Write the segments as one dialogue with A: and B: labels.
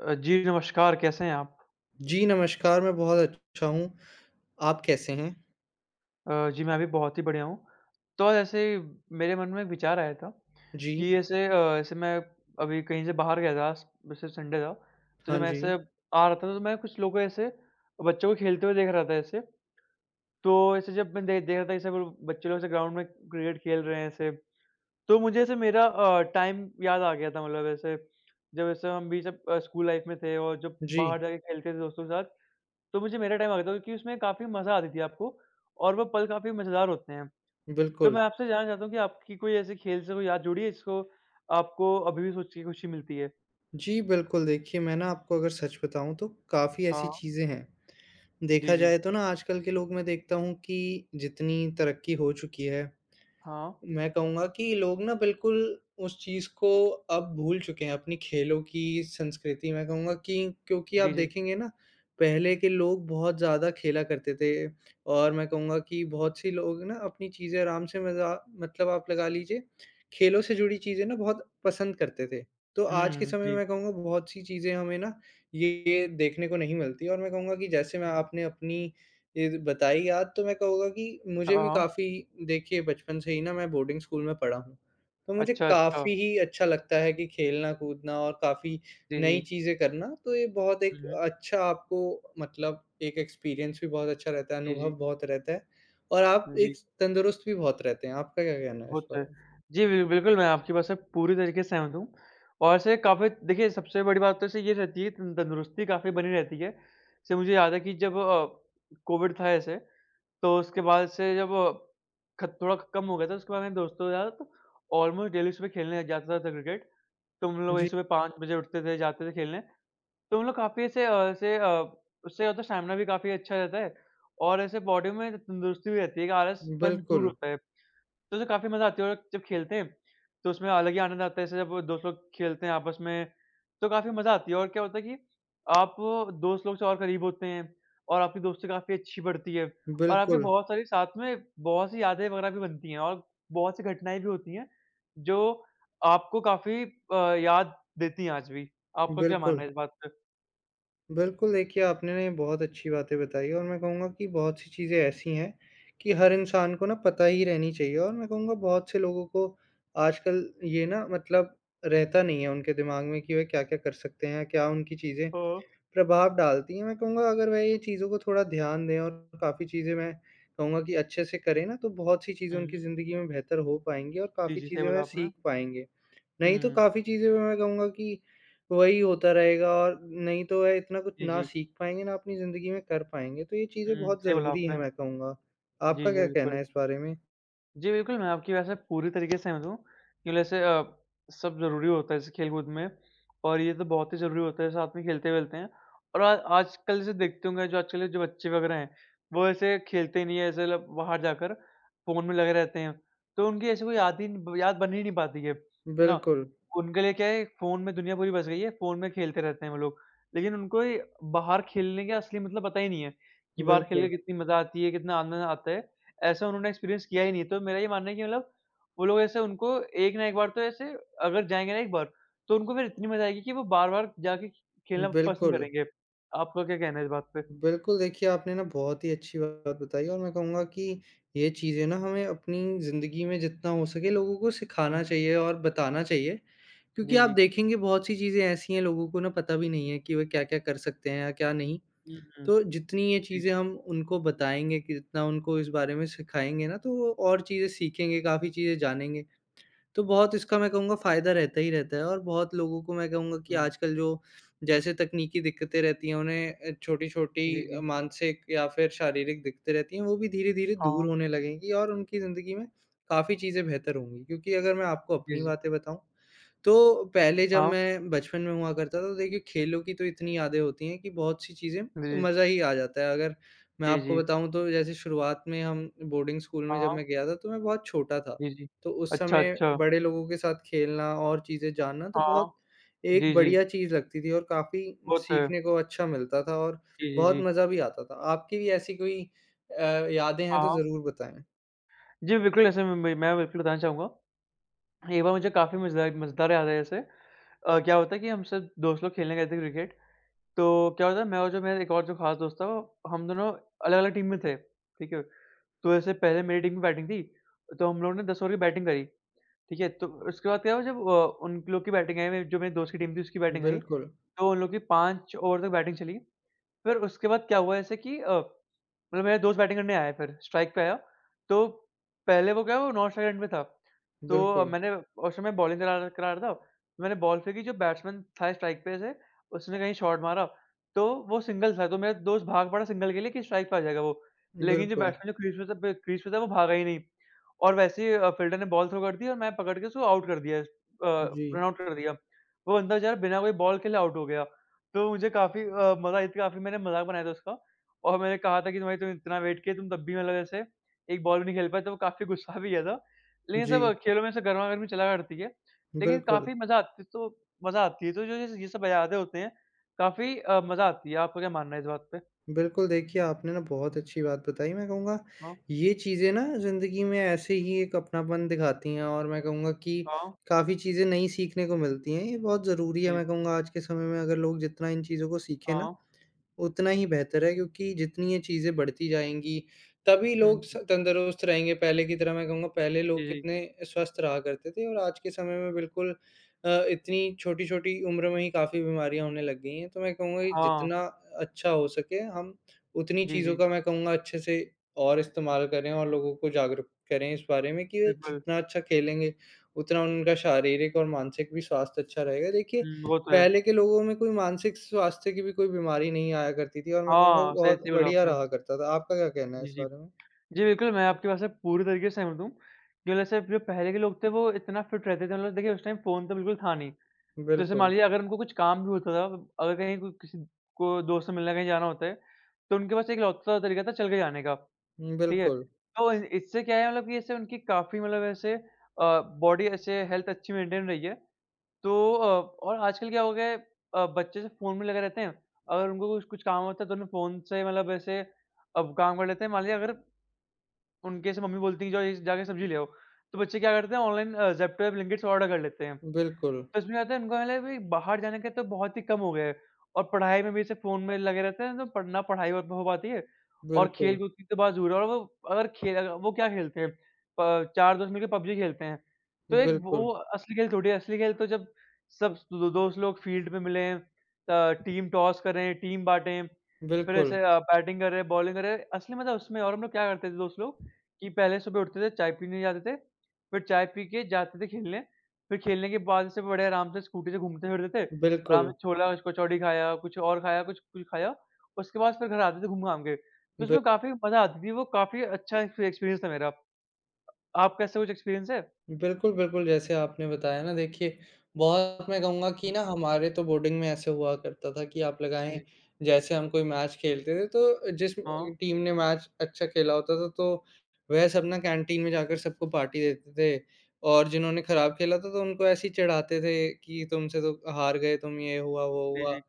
A: जी, नमस्कार, कैसे हैं आप?
B: जी, नमस्कार, मैं बहुत अच्छा हूँ। आप कैसे हैं?
A: जी, मैं भी बहुत ही बढ़िया हूँ। तो ऐसे ही मेरे मन में एक विचार आया था
B: जी।
A: कि ऐसे ऐसे मैं अभी कहीं से बाहर गया था, वैसे संडे था, तो
B: हाँ
A: जब मैं
B: जी।
A: ऐसे आ रहा था तो मैं कुछ लोगों ऐसे बच्चों को खेलते हुए देख रहा था ऐसे। तो ऐसे जब मैं दे देख रहा था ऐसे वो बच्चे लोग ऐसे ग्राउंड में क्रिकेट खेल रहे हैं ऐसे, तो मुझे ऐसे मेरा टाइम याद आ गया था मतलब ऐसे, जब ऐसे हम भी जब स्कूल लाइफ में थे और जब
B: जी,
A: बाहर जाके खेलते थे दोस्तों के साथ तो मुझे मेरा टाइम आ गया था क्योंकि उसमें काफ़ी मज़ा आती थी आपको और वो पल काफ़ी मज़ेदार होते हैं। तो मैं
B: बिल्कुल।
A: आपसे जानना चाहता हूँ कि आपकी कोई ऐसे खेल से कोई याद जुड़ी है जिसको आपको अभी भी सोच के खुशी मिलती है?
B: जी, बिल्कुल, देखिए मैं ना आपको अगर सच बताऊँ तो काफ़ी
A: हाँ।
B: ऐसी
A: हाँ।
B: चीज़ें हैं।
A: जी,
B: देखा
A: जी।
B: जाए तो ना आजकल के लोग मैं देखता हूँ कि जितनी तरक्की हो चुकी है
A: हाँ।
B: मैं कहूँगा कि लोग ना बिल्कुल उस चीज़ को अब भूल चुके हैं, अपनी खेलों की संस्कृति। मैं कहूँगा कि क्योंकि आप
A: जी, जी।
B: देखेंगे ना, पहले के लोग बहुत ज़्यादा खेला करते थे और मैं कहूँगा कि बहुत सी लोग ना अपनी चीज़ें आराम से मज़ा मतलब आप लगा लीजिए, खेलों से जुड़ी चीज़ें ना बहुत पसंद करते थे। तो आज के
A: हुँ,
B: समय में
A: जी।
B: मैं कहूँगा बहुत सी चीज़ें हमें ना ये देखने को नहीं मिलती और मैं कहूँगा कि जैसे मैं
A: हुँ।
B: आपने अपनी ये जो बताई याद तो मैं कहूँगा कि
A: हाँ,
B: मुझे भी
A: हाँ।
B: काफ़ी देखिए बचपन से ही ना मैं बोर्डिंग स्कूल में पढ़ा हूँ। तो मुझे
A: अच्छा, अच्छा।
B: काफ़ी ही अच्छा लगता है कि खेलना-कूदना और काफ़ी
A: जी,
B: नई
A: जी।
B: चीज़ें करना, तो ये बहुत
A: हुँ,
B: एक
A: हुँ।
B: अच्छा आपको मतलब एक एक्सपीरियंस भी बहुत अच्छा रहता है,
A: जी,
B: अनुभव
A: जी।
B: बहुत रहता है और आप
A: जी,
B: एक तंदुरुस्त भी बहुत रहते हैं। आपका क्या कहना है
A: वो
B: इस
A: तो है।
B: बारे में?
A: जी, बिल्कुल, मैं आपकी बात से पूरी तरीके से सहमत हूँ और ऐसे काफ़ी देखिए सबसे बड़ी बात तो ऐसे ये रहती है तंदुरुस्ती काफ़ी बनी रहती है। जैसे मुझे याद है कि जब कोविड था ऐसे तो उसके बाद से जब ख थोड़ा कम हो गया था, उसके बाद मेरे दोस्तों के साथ ऑलमोस्ट डेली सुबह खेलने जाता था क्रिकेट। तो हम लोग वही
B: जी,
A: सुबह 5 बजे उठते थे, जाते थे खेलने। तो हम लोग काफ़ी ऐसे ऐसे उससे क्या होता है स्टैमिना भी काफ़ी अच्छा रहता है और ऐसे बॉडी में तंदुरुस्ती भी रहती है कि आलसपन दूर
B: बिल्कुल,
A: होता है। तो उसे काफ़ी मज़ा आती है और जब खेलते हैं, तो उसमें अलग ही आनंद आता है। जैसे जब वो दोस्त लोग खेलते हैं आपस में, तो काफ़ी मज़ा आती है और क्या होता है कि आप दोस्त लोग से और करीब होते हैं और आपकी दोस्ती काफ़ी अच्छी बढ़ती है और आपकी
B: बिल्कुल,
A: बहुत सारी साथ में बहुत सी यादें वगैरह भी बनती हैं और बहुत सी घटनाएँ भी होती हैं, जो आपको काफ़ी याद देती हैं आज भी। आपका क्या मानना
B: बिल्कुल।
A: है इस बात पे?
B: बिल्कुल, देखिए आपने ने बहुत अच्छी बातें बताई और मैं कहूँगा कि बहुत सी चीज़ें ऐसी हैं कि हर इंसान को ना पता ही रहनी चाहिए और मैं कहूँगा बहुत से लोगों को आजकल ये ना मतलब रहता नहीं है उनके दिमाग में कि वे क्या-क्या कर सकते हैं, क्या उनकी चीज़ें
A: हाँ।
B: प्रभाव डालती हैं। मैं कहूँगा अगर वह ये चीज़ों को थोड़ा ध्यान दें और काफ़ी चीज़ें मैं कहूँगा कि अच्छे से करें ना, तो बहुत सी चीज़ें
A: हुँ,
B: उनकी
A: हुँ।
B: ज़िंदगी में बेहतर हो पाएँगी और
A: जी,
B: काफ़ी
A: जी, सही
B: चीज़ें वह
A: बोला आपने।
B: सीख पाएँगे। नहीं तो
A: हुँ,
B: काफ़ी चीज़ें में मैं कहूँगा कि वही होता रहेगा और नहीं तो है इतना कुछ
A: जी,
B: ना
A: जी।
B: सीख पाएँगे, ना अपनी ज़िंदगी में कर पाएँगे, तो ये चीज़ें
A: हुँ,
B: बहुत
A: सही बोला
B: ज़रूरी हैं
A: आपने।
B: मैं कहूँगा।
A: जी,
B: आपका
A: जी,
B: क्या कहना
A: बिल्कुल।
B: है इस बारे में?
A: जी, बिल्कुल, मैं आपकी वैसे पूरी तरीके से सहमत हूँ कि वैसे सब ज़रूरी होता है जैसे खेल-कूद में और ये तो बहुत ही ज़रूरी होता है, साथ में खेलते-वेलते हैं और आ आजकल जैसे देखते होंगे जो आजकल के जो बच्चे वगैरह हैं, वो ऐसे खेलते ही नहीं है, ऐसे मतलब बाहर जाकर फ़ोन में लगे रहते हैं, तो उनकी ऐसी कोई याद ही ब याद बन ही नहीं पाती है ना?
B: बिल्कुल,
A: उनके लिए क्या है, फ़ोन में दुनिया पूरी बस गई है, फ़ोन में खेलते रहते हैं वो लोग, लेकिन उनको ये बाहर खेलने का असली मतलब पता ही नहीं है कि बाहर खेल के
B: बिल्कुल,
A: कितनी मज़ा आती है, कितना आनंद आता है ऐसा उन्होंने एक्सपीरियंस किया ही नहीं। तो मेरा ये मानना है कि मतलब वो लोग ऐसे उनको एक ना एक बार तो ऐसे अगर जाएँगे ना एक बार, तो उनको फिर इतनी मज़ा आएगी कि वो बार-बार जाके खेलना पसंद
B: बिल्कुल।
A: करेंगे। आपका क्या कहना है इस बात पे?
B: बिल्कुल, देखिए आपने ना बहुत ही अच्छी बात बताई और मैं कहूँगा कि ये चीज़ें ना हमें अपनी ज़िंदगी में जितना हो सके लोगों को सिखाना
A: हुँ।
B: चाहिए और बताना चाहिए, क्योंकि
A: जी,
B: आप
A: जी।
B: देखेंगे बहुत सी चीज़ें ऐसी हैं लोगों को ना पता भी नहीं है कि वो क्या-क्या कर सकते हैं या क्या नहीं।
A: हुँ, हुँ।
B: तो जितनी ये
A: जी।
B: चीज़ें हम उनको बताएँगे कि जितना उनको इस बारे में सिखाएँगे ना, तो वो और चीज़ें सीखेंगे, काफ़ी चीज़ें जानेंगे। तो बहुत इसका मैं कहूँगा फ़ायदा रहता ही रहता है और बहुत लोगों को मैं कहूँगा कि
A: हुँ।
B: आजकल जो जैसे तकनीकी दिक्कतें रहती हैं उन्हें छोटी-छोटी
A: जी, जी।
B: मानसिक या फिर शारीरिक दिक्कतें रहती हैं, वो भी धीरे-धीरे दूर
A: हाँ।
B: होने लगेंगी और उनकी ज़िंदगी में काफ़ी चीज़ें बेहतर होंगी। क्योंकि अगर मैं आपको
A: जी,
B: अपनी
A: जी।
B: बातें बताऊँ, तो पहले जब
A: हाँ।
B: मैं बचपन में हुआ करता था तो देखिए खेलों की तो इतनी यादें होती हैं कि बहुत सी चीज़ें
A: जी, जी।
B: मज़ा ही आ जाता है। अगर मैं
A: जी,
B: आपको
A: जी।
B: बताऊँ तो जैसे शुरुआत में हम बोर्डिंग स्कूल में
A: हाँ,
B: जब मैं
A: हाँ।
B: गया था तो मैं बहुत छोटा था।
A: जी, जी।
B: तो उस
A: अच्छा,
B: समय
A: अच्छा।
B: बड़े लोगों के साथ खेलना और चीज़ें जानना तो
A: हाँ।
B: बहुत एक
A: जी, जी।
B: बढ़िया चीज़ लगती थी और काफ़ी
A: वो तो है।
B: सीखने को अच्छा मिलता था और
A: जी, जी,
B: बहुत
A: जी।
B: मज़ा भी आता था। आपकी भी ऐसी कोई अ, यादें हैं तो
A: हाँ।
B: ज़रूर बताएँ?
A: जी, बिल्कुल ऐसे मैं बिल्कुल बताना चाहूँगा। एक बार मुझे काफ़ी मज़ेदार मज़ेदार याद है ऐसे क्या होता है कि हम सब दोस्त लोग खेलने गए थे क्रिकेट, तो क्या होता है मैं और जो मेरा एक और जो ख़ास दोस्त था वो हम दोनों अलग-अलग टीम में थे, ठीक है? तो ऐसे पहले मेरी टीम की बैटिंग थी, तो हम लोगों ने 10 ओवर की बैटिंग करी, ठीक है? तो उसके बाद क्या हुआ जब उन लोग की बैटिंग आई, जो मेरे दोस्त की टीम थी उसकी बैटिंग आई,
B: बिल्कुल,
A: तो उन लोग की 5 ओवर तक बैटिंग चली। फिर उसके बाद क्या हुआ ऐसे कि मतलब मेरा दोस्त बैटिंग करने आया फिर, स्ट्राइक पे आया। तो पहले वो क्या वो नॉन स्ट्राइक एंड में था। तो
B: बिल्कुल,
A: मैंने उस समय बॉलिंग करा करा रहा था। मैंने बॉल फेंकी जो बैट्समैन था स्ट्राइक पे से, उसने कहीं शॉट मारा, तो वो सिंगल था। तो मेरा दोस्त भाग पड़ा सिंगल के लिए कि स्ट्राइक पे आ जाएगा वो। लेकिन जो
B: बिल्कुल।
A: बैट्समैन जो क्रीज पे था ब क्रीज पे था वो भागा ही नहीं। और वैसे ही फील्डर ने बॉल थ्रो कर दी और मैं पकड़ के उसको आउट कर दिया।
B: जी,
A: रन आउट कर दिया। वो बंदा बेचारा बिना कोई बॉल खेले आउट हो गया। तो मुझे काफ़ी मज़ा आई थी काफ़ी मैंने मज़ाक बनाया था उसका और मैंने कहा था कि भाई तुम इतना वेट किए तुम तब भी मतलब ऐसे एक बॉल भी नहीं खेल पाए, तो वो काफ़ी गुस्सा भी किया था। लेकिन
B: जी,
A: सब खेलों में से गरमा-गर्मी चला करती है, लेकिन
B: बिल्कुल।
A: काफ़ी मज़ा आती तो मज़ा आती है, तो जो ये सब यादें होते हैं काफ़ी मज़ा आती है। आपका क्या मानना है इस बात पे?
B: बिल्कुल, देखिए आपने ना बहुत अच्छी बात बताई, मैं कहूँगा
A: हाँ,
B: ये चीज़ें ना ज़िंदगी में ऐसे ही एक अपनापन दिखाती हैं और मैं कहूँगा कि
A: हाँ,
B: काफ़ी चीज़ें नई सीखने को मिलती हैं, ये बहुत ज़रूरी है
A: जी,
B: मैं कहूँगा आज के समय में अगर लोग जितना इन चीज़ों को सीखें ना
A: हाँ।
B: उतना ही बेहतर है क्योंकि जितनी ये चीज़ें बढ़ती जाएँगी, तभी
A: हुँ,
B: लोग स
A: जी,
B: तंदुरुस्त रहेंगे। पहले की तरह मैं कहूँगा पहले लोग
A: जी।
B: कितने स्वस्थ रहा करते थे और आज के समय में बिल्कुल इतनी छोटी-छोटी उम्र में ही काफ़ी बीमारियाँ होने लग गई हैं। तो मैं कहूँगा कि
A: हाँ,
B: जितना अच्छा हो सके हम उतनी
A: जी,
B: चीज़ों
A: जी,
B: का मैं कहूँगा अच्छे से और इस्तेमाल करें और लोगों को जागरूक करें इस बारे में कि वे
A: बिल्कुल।
B: जितना अच्छा खेलेंगे, उतना उनका शारीरिक और मानसिक भी स्वास्थ्य अच्छा रहेगा। देखिए
A: हुँ, वो तो है।
B: पहले के लोगों में कोई मानसिक स्वास्थ्य की भी कोई बीमारी नहीं आया करती थी और मैं कहूँगा
A: हाँ, सही
B: बहुत
A: सही बोला
B: बढ़िया
A: आपने।
B: रहा करता था। आपका क्या कहना है
A: जी,
B: इस
A: जी।
B: बारे में?
A: जी, बिल्कुल, मैं आपकी बात से पूरी तरीके से सहमत हूँ, कि मतलब सिर्फ़ जो पहले के लोग थे, वो इतना फ़िट रहते थे मतलब देखिए, उस टाइम फ़ोन तो बिल्कुल था नहीं। तो जैसे मान
B: बिल्कुल,
A: लीजिए अगर उनको कुछ काम भी होता था, अगर कहीं को किसी को दोस्त से मिलना कहीं जाना होता है, तो उनके पास इकलौता तरीका था चल के जाने का, ठीक है?
B: बिल्कुल,
A: तो इ इससे क्या है मतलब कि इससे उनकी काफ़ी मतलब ऐसे बॉडी ऐसे हेल्थ अच्छी मेंटेन रही है। तो और आजकल क्या हो गया है बच्चे सिर्फ़ फ़ोन में लगे रहते हैं, अगर उनको कुछ कुछ काम होता है, तो उन्हें फ़ोन से मतलब ऐसे अब काम कर लेते हैं। मान लीजिए अगर उनके से मम्मी बोलती है जाओ ये जाके सब्ज़ी ले आओ। तो बच्चे क्या करते हैं ऑनलाइन ज़ेप्टो या ब्लिंकिट से ऑर्डर कर लेते हैं।
B: बिल्कुल,
A: तो इसमें क्या होता है, इनको मतलब भी बाहर जाने का तो बहुत ही कम हो गया है और पढ़ाई में भी जैसे फ़ोन में लगे रहते हैं, तो पढ़ ना पढ़ाई हो पाती है और
B: बिल्कुल,
A: खेल-कूद की तो बात दूर है और वो अगर वो क्या खेलते हैं, प 4 दोस्त मिलके पबजी खेलते हैं। तो एक वो
B: बिल्कुल,
A: असली खेल थोड़ी है, असली खेल तो जब सब दो दोस्त लोग फील्ड में मिलें, टीम टॉस करें, टीम बाँटें, फिर
B: बिल्कुल,
A: ऐसे बैटिंग करें, बॉलिंग करें, असली मज़ा उसमें है और हम लोग क्या करते थे दोस्त लोग कि पहले सुबह उठते थे, चाय पीने जाते थे, फिर चाय पी के जाते थे खेलने फिर खेलने के बाद से बड़े आराम से स्कूटी से घूमते फिरते थे। आराम
B: बिल्कुल,
A: से छोला कचौड़ी खाया, कुछ और खाया, कुछ कुछ खाया। उसके बाद फिर घर आते थे घूम-घाम के। तो
B: बिल
A: उसमें काफ़ी मज़ा आती थी, वो काफ़ी अच्छा एक्सपीरियंस था मेरा। आपका ऐसा कुछ एक्सपीरियंस है?
B: बिल्कुल, बिल्कुल, जैसे आपने बताया ना देखिए, बहुत मैं कहूँगा कि
A: हुँ,
B: ना हमारे तो बोर्डिंग में ऐसे हुआ करता था कि आप
A: जी,
B: लगाएँ,
A: जी।
B: जैसे हम कोई मैच खेलते थे तो जिस
A: हाँ,
B: टीम ने मैच अच्छा खेला होता था तो वह सब ना कैंटीन में जाकर सबको पार्टी देते थे और जिन्होंने खराब खेला था तो उनको ऐसे ही चिढ़ाते थे कि तुमसे तो हार गए, तुम ये हुआ, वो
A: जी, जी।
B: हुआ।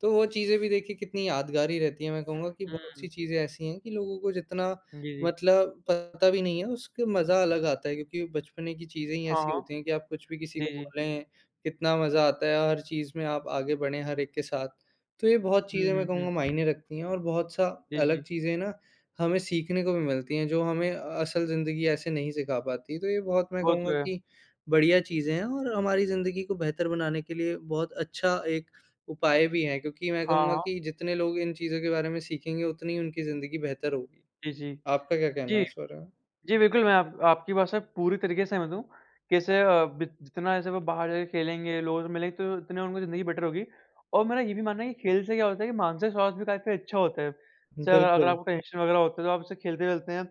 B: तो वो चीज़ें भी देखिए कितनी यादगार ही रहती हैं, मैं कहूँगा कि
A: हुँ,
B: बहुत-सी चीज़ें ऐसी हैं कि लोगों को जितना
A: जी, जी।
B: मतलब पता भी नहीं है, उसका मज़ा अलग आता है क्योंकि बचपने की चीज़ें ही
A: हाँ,
B: ऐसी
A: हाँ।
B: होती हैं कि आप कुछ भी किसी
A: जी,
B: को
A: जी।
B: बोलें, कितना मज़ा आता है, हर चीज़ में आप आगे बढ़ें हर एक के साथ। तो ये बहुत
A: हुँ,
B: चीज़ें
A: हुँ,
B: मैं
A: हुँ।
B: कहूँगा मायने रखती हैं और बहुत सा
A: जी,
B: अलग
A: जी।
B: चीज़ें ना हमें सीखने को भी मिलती हैं, जो हमें असल ज़िंदगी ऐसे नहीं सिखा पाती। तो ये बहुत मैं
A: वो तो
B: कहूँगा
A: है।
B: कि बढ़िया चीज़ें हैं और हमारी ज़िंदगी को बेहतर बनाने के लिए बहुत अच्छा एक उपाय भी है क्योंकि मैं
A: हाँ,
B: कहूँगा
A: हाँ।
B: कि जितने लोग इन चीज़ों के बारे में सीखेंगे, उतनी उनकी ज़िंदगी बेहतर होगी।
A: जी, जी।
B: आपका क्या कहना है
A: जी।
B: इस बारे में?
A: जी, बिल्कुल, मैं आप आपकी बात से पूरी तरीके से सहमत हूँ। कैसे बि जितना ऐसे वो बाहर जाके खेलेंगे, लोगों से मिलेंगे, तो उतने उनको ज़िंदगी बेटर होगी और मेरा ये भी मानना है कि खेल से क्या होता है कि मानसिक स्वास्थ्य भी काफ़ी अच्छा होता है। जैसे अगर अगर
B: बिल्कुल,
A: आपको टेंशन वगैरह होता है, तो आप उससे खेलते-खेलते हैं,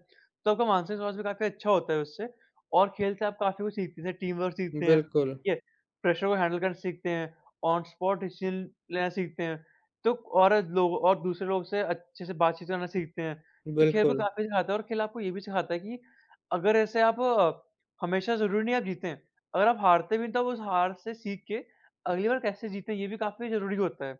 A: तो आपका मानसिक स्वास्थ्य भी काफ़ी अच्छा होता है उससे और खेल से आप काफ़ी कुछ सीखते हैं, टीम वर्क सीखते हैं,
B: बिल्कुल,
A: ठीक है? प्रेशर को हैंडल करना सीखते हैं, ऑन स्पॉट डिसीज़न लेना सीखते हैं, तो और लोग और दूसरे लोग से अच्छे से बातचीत करना सीखते हैं। तो खेल को
B: बिल्कुल,
A: काफ़ी सिखाता है और खेल आपको ये भी सिखाता है कि अगर ऐसे आप हमेशा ज़रूरी नहीं आप जीतें। अगर आप हारते भी हैं तो आप उस हार से सीख के अगली बार कैसे जीतें ये भी काफ़ी ज़रूरी होता है।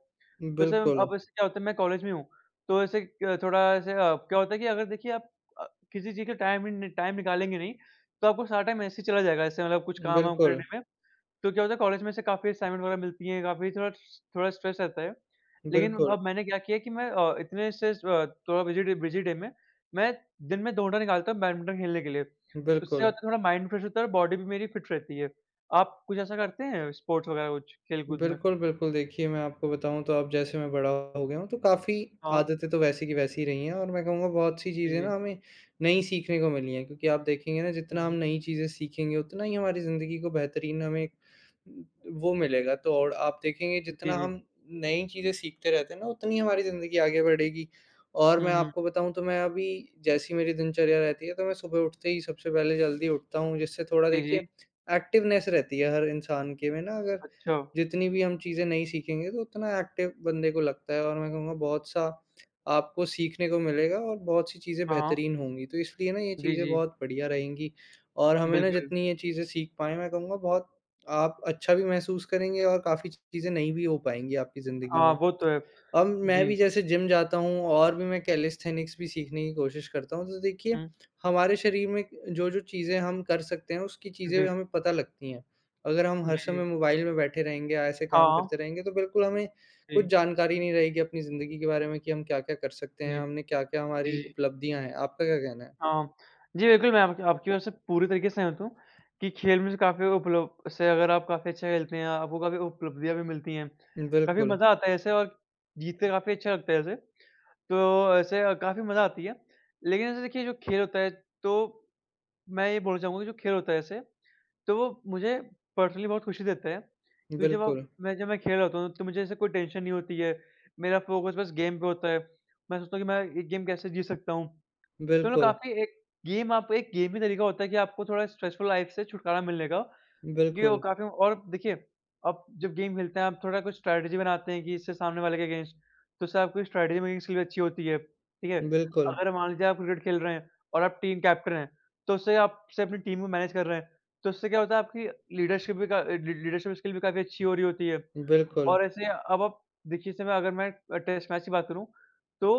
A: तो जैसे
B: बिल्कुल,
A: अब ऐसे क्या होता है मैं कॉलेज में हूँ, तो ऐसे क थोड़ा ऐसे क्या होता है कि अगर देखिए आप अ, किसी चीज़ का टाइम निकालेंगे नहीं, तो आपको सारा टाइम ऐसे ही चला जाएगा ऐसे मतलब कुछ काम-वाम
B: बिल्कुल,
A: करने में। तो क्या होता है कॉलेज में से काफ़ी असाइनमेंट वगैरह मिलती हैं, काफ़ी थोड़ा स्ट्रेस रहता है। लेकिन
B: बिल्कुल,
A: अब मैंने क्या किया कि मैं इतने से थोड़ा बिज़ी डे में मैं दिन में 2 घंटा निकालता हूँ बैडमिंटन खेलने के लिए। उससे क्या
B: बिल्कुल।
A: होता है थोड़ा माइंड फ्रेश होता है और बॉडी भी मेरी फिट रहती है। आप कुछ ऐसा करते हैं स्पोर्ट्स वगैरह कुछ खेल-कूद में?
B: बिल्कुल, बिल्कुल। देखिए, मैं आपको बताऊँ तो अब जैसे मैं बड़ा हो गया हूँ, तो काफ़ी
A: हाँ,
B: आदतें तो वैसी की वैसी ही रही हैं और मैं कहूँगा बहुत सी
A: जी,
B: चीज़ें ना
A: जी।
B: हमें नई सीखने को मिली हैं क्योंकि आप देखेंगे ना
A: हुँ,
B: जितना हम
A: हुँ।
B: नई चीज़ें सीखेंगे, उतना ही हमारी ज़िंदगी को बेहतरीन हमें एक वो मिलेगा। तो और आप देखेंगे
A: जी,
B: जितना
A: जी।
B: हम नई चीज़ें सीखते रहते हैं ना, उतनी हमारी ज़िंदगी आगे बढ़ेगी। और
A: हुँ,
B: मैं
A: हुँ।
B: आपको बताऊँ तो मैं अभी जैसी मेरी दिनचर्या रहती है, तो मैं सुबह उठते ही सबसे पहले जल्दी उठता हूँ, जिससे थोड़ा
A: जी,
B: देखिए
A: जी।
B: एक्टिवनेस रहती है हर इंसान के में ना अगर
A: अच्छा।
B: जितनी भी हम चीज़ें नहीं सीखेंगे तो उतना एक्टिव बंदे को लगता है और मैं कहूँगा बहुत-सा आपको सीखने को मिलेगा और बहुत-सी चीज़ें
A: हाँ, हाँ।
B: बेहतरीन होंगी। तो इसलिए ना ये
A: जी,
B: चीज़ें
A: जी।
B: बहुत बढ़िया रहेंगी और हमें ना
A: बिल्कुल।
B: जितनी ये चीज़ें सीख पाएँ मैं कहूँगा बहुत आप अच्छा भी महसूस करेंगे और काफ़ी चीज़ें नई भी हो पाएँगी आपकी ज़िंदगी
A: हाँ,
B: में।
A: वो तो है।
B: अब मैं
A: जी।
B: भी जैसे जिम जाता हूँ और भी मैं कैलिस्थेनिक्स भी सीखने की कोशिश करता हूँ, तो देखिए
A: हुँ।
B: हमारे शरीर में जो-जो चीज़ें हम कर सकते हैं, उसकी
A: जी।
B: चीज़ें हमें पता लगती हैं। अगर हम
A: जी,
B: हर
A: जी।
B: समय मोबाइल में बैठे रहेंगे, ऐसे
A: हाँ,
B: काम करते
A: हाँ।
B: रहेंगे, तो बिल्कुल हमें कुछ
A: जी,
B: जानकारी नहीं रहेगी अपनी ज़िंदगी के बारे में कि हम क्या-क्या कर सकते
A: जी।
B: हैं, हमने क्या-क्या हमारी
A: जी, जी।
B: उपलब्धियाँ हैं। आपका क्या कहना है?
A: हाँ। जी, बिल्कुल, मैं आपकी आपकी बात से पूरी तरीके से सहमत हूँ कि खेल में से काफ़ी उपलब्ध से अगर आप काफ़ी अच्छा खेलते हैं, आपको काफ़ी उपलब्धियाँ भी मिलती हैं। काफ़ी
B: बिल्कुल,
A: मज़ा आता है ऐसे और जीत के काफ़ी अच्छा लगता है ऐसे। तो ऐसे काफ़ी मज़ा आती है। लेकिन ऐसे देखिए जो खेल होता है, तो मैं ये बोलना चाहूँगा कि जो खेल होता है ऐसे, तो वो मुझे पर्सनली बहुत खुशी देता है। क्योंकि
B: बिल्कुल,
A: जब मैं खेल रहा होता हूँ तो मुझे ऐसे कोई टेंशन नहीं होती है। मेरा फ़ोकस बस गेम पे होता है। मैं सोचता हूँ कि मैं ये गेम कैसे जीत सकता हूँ। चलो,
B: बिल्कुल,
A: काफ़ी एक गेम ही तरीका होता है कि आपको थोड़ा स्ट्रेसफुल लाइफ़ से छुटकारा मिलने का, ये वो
B: बिल्कुल,
A: काफ़ी। और देखिए, आप जब गेम खेलते हैं आप थोड़ा कुछ स्ट्रैटेजी बनाते हैं कि इससे सामने वाले के अगेंस्ट, तो उससे आपकी स्ट्रैटेजी मेकिंग स्किल भी अच्छी होती है, ठीक है?
B: बिल्कुल,
A: अगर मान लीजिए आप क्रिकेट खेल रहे हैं और आप टीम कैप्टन हैं, तो उससे आपसे अपनी टीम को मैनेज कर रहे हैं, तो उससे क्या होता है आपकी लीडरशिप स्किल भी काफ़ी अच्छी हो रही होती है।
B: बिल्कुल,
A: और ऐसे अब आप देखिए इस समय अगर मैं टेस्ट मैच की बात करूँ, तो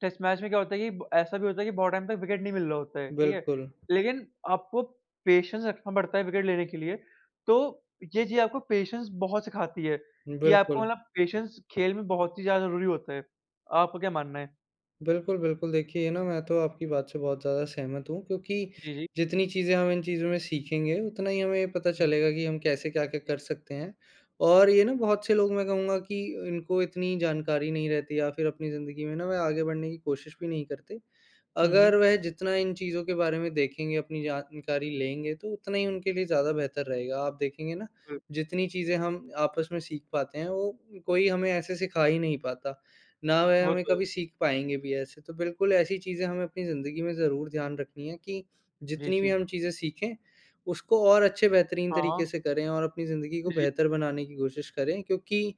A: टेस्ट मैच में क्या होता है कि ब ऐसा भी होता है कि बहुत टाइम तक विकेट नहीं मिल रहा होता है, ठीक है?
B: बिल्कुल,
A: लेकिन आपको पेशेंस रखना पड़ता है विकेट लेने के लिए, तो ये चीज़ आपको पेशेंस बहुत सिखाती है कि आपको
B: बिल्कुल।
A: मतलब पेशेंस खेल में बहुत ही ज़्यादा ज़रूरी होता है। आपका क्या मानना है?
B: बिल्कुल, बिल्कुल। देखिए ना मैं तो आपकी बात से बहुत ज़्यादा सहमत हूँ क्योंकि
A: जी, जी।
B: जितनी चीज़ें हम इन चीज़ों में सीखेंगे, उतना ही हमें ये पता
A: हुँ,
B: चलेगा कि हम कैसे क्या-क्या
A: जी।
B: कर सकते हैं। और ये ना बहुत से लोग मैं कहूँगा कि इनको इतनी जानकारी नहीं रहती या फिर अपनी ज़िंदगी में ना वह आगे बढ़ने की कोशिश भी नहीं करते।
A: हुँ,
B: अगर
A: हुँ।
B: वह जितना इन चीज़ों के बारे में देखेंगे, अपनी जानकारी लेंगे, तो उतना ही उनके लिए ज़्यादा बेहतर रहेगा। आप देखेंगे ना,
A: बिल
B: जितनी चीज़ें हम आपस में सीख पाते हैं, वो कोई हमें ऐसे सिखा ही नहीं पाता, ना वह
A: वो
B: हमें
A: तो है।
B: कभी सीख पाएँगे भी ऐसे। तो बिल्कुल ऐसी चीज़ें हमें अपनी ज़िंदगी में ज़रूर ध्यान रखनी है कि
A: जी,
B: जितनी भी
A: जी।
B: हम चीज़ें सीखें, उसको और अच्छे बेहतरीन
A: हाँ,
B: तरीके
A: हाँ।
B: से करें और अपनी ज़िंदगी को
A: जी, जी,
B: बेहतर बनाने की कोशिश करें क्योंकि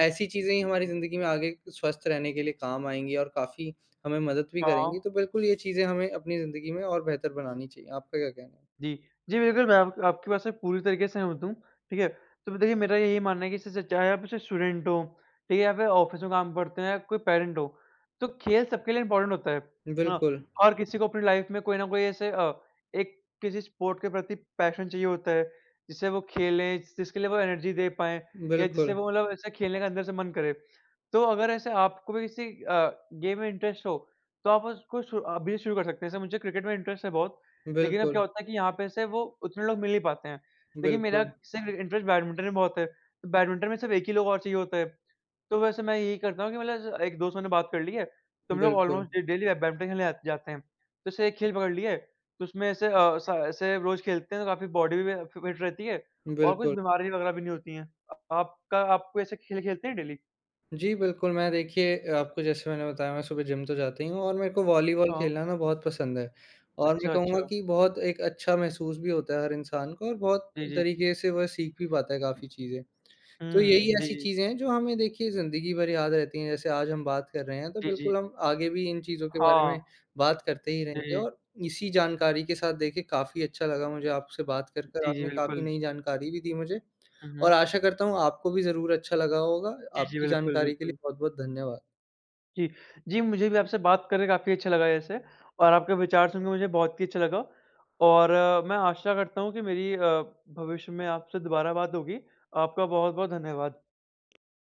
B: ऐसी चीज़ें ही
A: जी,
B: हमारी
A: जी।
B: ज़िंदगी में आगे स्वस्थ रहने के लिए काम आएँगी और काफ़ी हमें मदद भी
A: हाँ।
B: करेंगी, तो बिल्कुल ये चीज़ें हमें अपनी ज़िंदगी में और बेहतर बनानी चाहिए। आपका क्या कहना है?
A: जी। जी, बिल्कुल, मैं आप आपकी बात से पूरी तरीके से सहमत हूँ, ठीक है? तो देखिए मेरा यही मानना है कि इससे चाहे आप जैसे स्टूडेंट हो, ठीक है? या फिर ऑफ़िस में काम करते हैं या कोई पेरेंट हो, तो खेल सबके लिए इम्पोर्टेंट होता है ना?
B: बिल्कुल,
A: हर किसी को अपनी लाइफ़ में कोई ना कोई ऐसे एक किसी स्पोर्ट के प्रति पैशन चाहिए होता है, जिससे वो खेलें, जिसके लिए वो एनर्जी दे पाएँ या
B: बिल्कुल,
A: जिससे वो मतलब ऐसे खेलने का अंदर से मन करे। तो अगर ऐसे आपको भी किसी गेम में इंटरेस्ट हो, तो आप उसको शु अभी शुरू कर सकते हैं। जैसे मुझे क्रिकेट में इंटरेस्ट है बहुत, लेकिन अब क्या
B: बिल्कुल,
A: होता है कि यहाँ पे से वो उतने लोग मिल नहीं पाते हैं। लेकिन मेरा
B: बिल्कुल,
A: सिर्फ इंटरेस्ट बैडमिंटन में बहुत है, तो बैडमिंटन में सिर्फ एक ही लोग और चाहिए होता है। तो वैसे मैं यही करता हूँ कि मतलब एक दोस्त मैंने बात कर ली है, तो हम लोग
B: बिल्कुल,
A: ऑलमोस्ट डेली बैडमिंटन खेलने जात जाते हैं। तो ऐसे एक खेल पकड़ लिया है, तो उसमें ऐसे अ, स ऐसे रोज़ खेलते हैं तो काफ़ी बॉडी भी फि फिट रहती है और कुछ
B: बिल्कुल।
A: बीमारी वगैरह भी नहीं होती हैं। आपका आप कोई ऐसे खेल खेलते हैं डेली?
B: जी, बिल्कुल, मैं देखिए आपको जैसे मैंने बताया मैं सुबह जिम तो जाता ही हूँ और मेरे को वॉलीबॉल
A: हाँ।
B: खेलना ना बहुत पसंद है और मैं
A: अच्छा,
B: कहूँगा
A: अच्छा।
B: कि बहुत एक अच्छा महसूस भी होता है हर इंसान को और बहुत
A: जी, जी।
B: तरीके से वह सीख भी पाता है काफ़ी चीज़ें। तो यही
A: हुँ, जी,
B: ऐसी
A: जी।
B: चीज़ें हैं जो हमें देखिए ज़िंदगी भर याद रहती हैं। जैसे आज हम बात कर रहे हैं तो
A: जी, जी।
B: बिल्कुल हम आगे भी इन चीज़ों के बारे
A: हाँ,
B: में बात करते ही रहेंगे
A: जी,
B: और इसी जानकारी के साथ देखिए काफ़ी अच्छा लगा मुझे आपसे बात कर कर।
A: जी, जी,
B: आपने काफ़ी
A: बिल्कुल।
B: नई जानकारी भी दी मुझे
A: हुँ, हुँ।
B: और आशा करता हूँ आपको भी ज़रूर अच्छा लगा होगा।
A: जी, जी,
B: आपकी
A: बिल्कुल,
B: जानकारी के
A: बिल्कुल।
B: लिए बहुत-बहुत धन्यवाद।
A: जी, जी, मुझे भी आपसे बात करके काफ़ी अच्छा लगा जैसे और आपके विचार सुन के मुझे बहुत ही अच्छा लगा और मैं आशा करता हूँ कि मेरी भविष्य में आपसे दोबारा बात होगी। आपका बहुत-बहुत धन्यवाद।